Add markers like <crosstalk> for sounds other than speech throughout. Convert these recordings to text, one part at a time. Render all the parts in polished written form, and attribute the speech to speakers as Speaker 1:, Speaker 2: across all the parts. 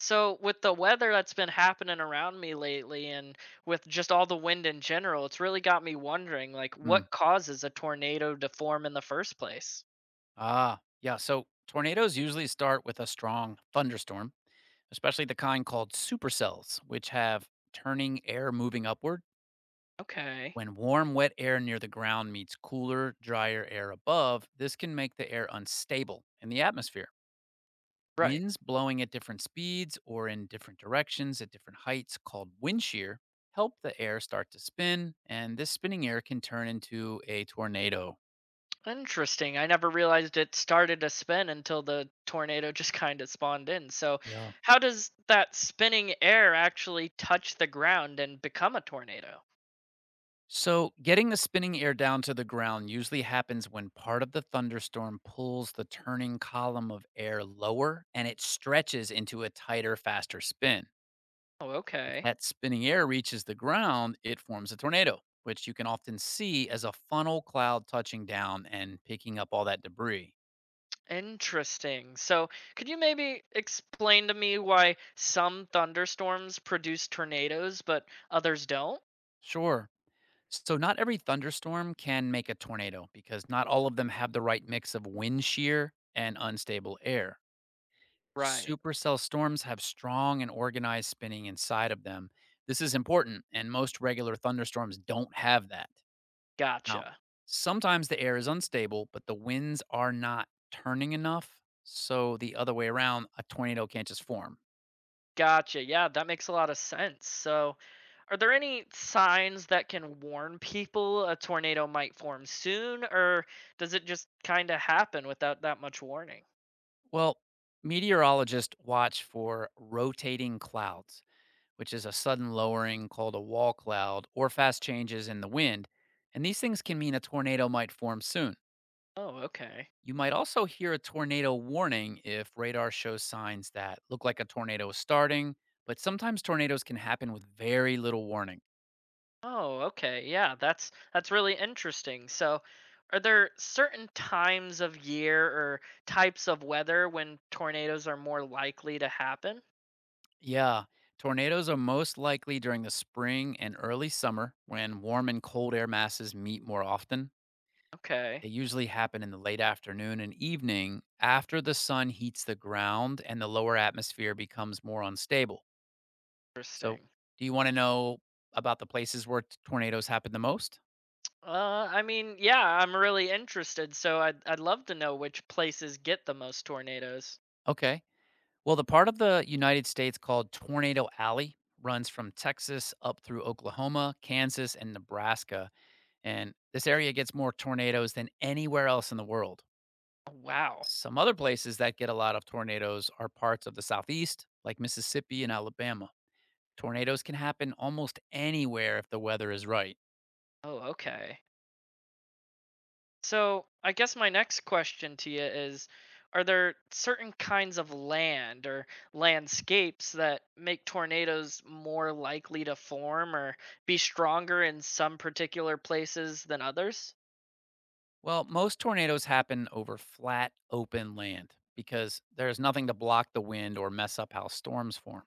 Speaker 1: So with the weather that's been happening around me lately and with just all the wind in general, it's really got me wondering, like,
Speaker 2: Mm.
Speaker 1: what causes a tornado to form in the first place?
Speaker 2: Ah, yeah. So tornadoes usually start with a strong thunderstorm, especially the kind called supercells, which have turning air moving upward.
Speaker 1: Okay.
Speaker 2: When warm, wet air near the ground meets cooler, drier air above, this can make the air unstable in the atmosphere.
Speaker 1: Right.
Speaker 2: Winds blowing at different speeds or in different directions at different heights, called wind shear, help the air start to spin, and this spinning air can turn into a tornado.
Speaker 1: Interesting. I never realized it started to spin until the tornado just <laughs> kind of spawned in. So
Speaker 2: Yeah.
Speaker 1: how does that spinning air actually touch the ground and become a tornado?
Speaker 2: So, getting the spinning air down to the ground usually happens when part of the thunderstorm pulls the turning column of air lower and it stretches into a tighter, faster spin.
Speaker 1: Oh,
Speaker 2: If
Speaker 1: okay.
Speaker 2: that spinning air reaches the ground, it forms a tornado, which you can often see as a funnel cloud touching down and picking up all that debris.
Speaker 1: Interesting. So, could you maybe explain to me why some thunderstorms produce tornadoes but others don't?
Speaker 2: Sure. So, not every thunderstorm can make a tornado because not all of them have the right mix of wind shear and unstable air.
Speaker 1: Right.
Speaker 2: Supercell storms have strong and organized spinning inside of them. This is important, and most regular thunderstorms don't have that. Now,
Speaker 1: Gotcha.
Speaker 2: sometimes the air is unstable, but the winds are not turning enough, so the other way around, a tornado can't just form.
Speaker 1: Gotcha. Yeah, that makes a lot of sense. So, are there any signs that can warn people a tornado might form soon, or does it just kind of happen without that much warning?
Speaker 2: Well, meteorologists watch for rotating clouds, which is a sudden lowering called a wall cloud or fast changes in the wind, and these things can mean a tornado might form soon.
Speaker 1: Oh, okay.
Speaker 2: You might also hear a tornado warning if radar shows signs that look like a tornado is starting, but sometimes tornadoes can happen with very little warning.
Speaker 1: Oh, okay. Yeah, that's really interesting. So, are there certain times of year or types of weather when tornadoes are more likely to happen?
Speaker 2: Yeah, tornadoes are most likely during the spring and early summer when warm and cold air masses meet more often. They
Speaker 1: Okay.
Speaker 2: usually happen in the late afternoon and evening after the sun heats the ground and the lower atmosphere becomes more unstable. So,
Speaker 1: Interesting.
Speaker 2: do you want to know about the places where tornadoes happen the most?
Speaker 1: I mean, yeah, I'm really interested, so I'd love to know which places get the most tornadoes.
Speaker 2: Okay. Well, the part of the United States called Tornado Alley runs from Texas up through Oklahoma, Kansas, and Nebraska. And this area gets more tornadoes than anywhere else in the world.
Speaker 1: Wow.
Speaker 2: Some other places that get a lot of tornadoes are parts of the Southeast, like Mississippi and Alabama. Tornadoes can happen almost anywhere if the weather is right.
Speaker 1: Oh, okay. So, I guess my next question to you is, are there certain kinds of land or landscapes that make tornadoes more likely to form or be stronger in some particular places than others?
Speaker 2: Well, most tornadoes happen over flat, open land because there's nothing to block the wind or mess up how storms form.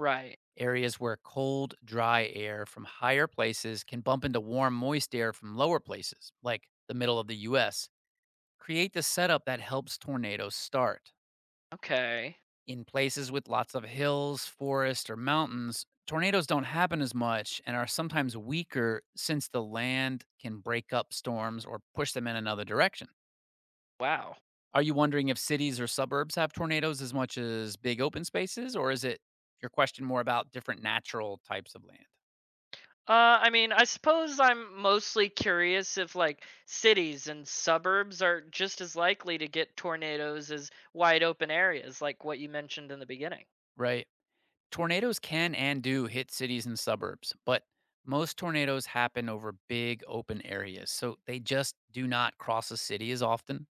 Speaker 1: Right.
Speaker 2: Areas where cold, dry air from higher places can bump into warm, moist air from lower places, like the middle of the US, create the setup that helps tornadoes start.
Speaker 1: Okay.
Speaker 2: In places with lots of hills, forests, or mountains, tornadoes don't happen as much and are sometimes weaker since the land can break up storms or push them in another direction.
Speaker 1: Wow.
Speaker 2: Are you wondering if cities or suburbs have tornadoes as much as big open spaces, or is it your question more about different natural types of land?
Speaker 1: I mean, I suppose I'm mostly curious if, like, cities and suburbs are just as likely to get tornadoes as wide open areas, like what you mentioned in the beginning.
Speaker 2: Right. Tornadoes can and do hit cities and suburbs, but most tornadoes happen over big open areas, so they just do not cross a city as often.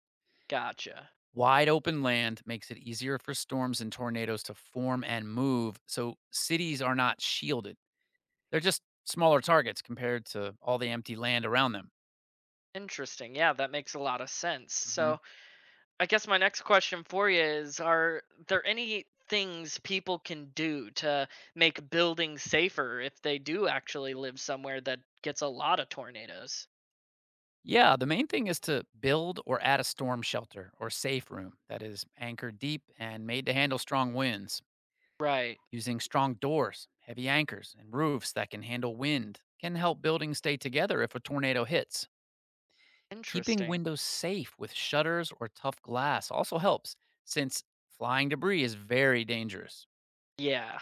Speaker 1: Gotcha.
Speaker 2: Wide open land makes it easier for storms and tornadoes to form and move, so cities are not shielded. They're just smaller targets compared to all the empty land around them.
Speaker 1: Interesting. Yeah, that makes a lot of sense.
Speaker 2: hmm
Speaker 1: So, I guess my next question for you is, are there any things people can do to make buildings safer if they do actually live somewhere that gets a lot of tornadoes?
Speaker 2: Yeah, the main thing is to build or add a storm shelter or safe room that is anchored deep and made to handle strong winds.
Speaker 1: Right.
Speaker 2: Using strong doors, heavy anchors, and roofs that can handle wind can help buildings stay together if a tornado hits. Keeping
Speaker 1: Interesting.
Speaker 2: windows safe with shutters or tough glass also helps, since flying debris is very dangerous.
Speaker 1: Yeah.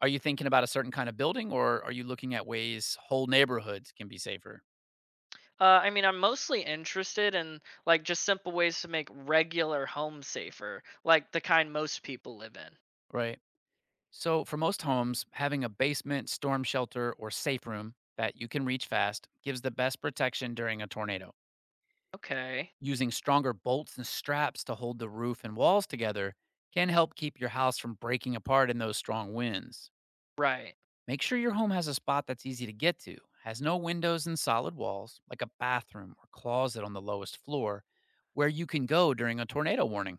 Speaker 2: Are you thinking about a certain kind of building, or are you looking at ways whole neighborhoods can be safer?
Speaker 1: I mean, I'm mostly interested in, like, just simple ways to make regular homes safer, like the kind most people live in.
Speaker 2: Right. So, for most homes, having a basement, storm shelter, or safe room that you can reach fast gives the best protection during a tornado.
Speaker 1: Okay.
Speaker 2: Using stronger bolts and straps to hold the roof and walls together can help keep your house from breaking apart in those strong winds.
Speaker 1: Right.
Speaker 2: Make sure your home has a spot that's easy to get to, has no windows and solid walls, like a bathroom or closet on the lowest floor, where you can go during a tornado warning.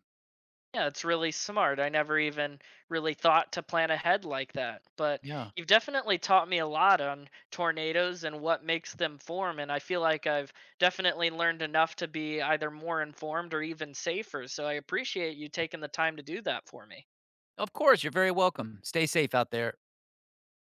Speaker 1: Yeah, it's really smart. I never even really thought to plan ahead like that. But
Speaker 2: Yeah.
Speaker 1: you've definitely taught me a lot on tornadoes and what makes them form. And I feel like I've definitely learned enough to be either more informed or even safer. So I appreciate you taking the time to do that for me.
Speaker 2: Of course, you're very welcome. Stay safe out there.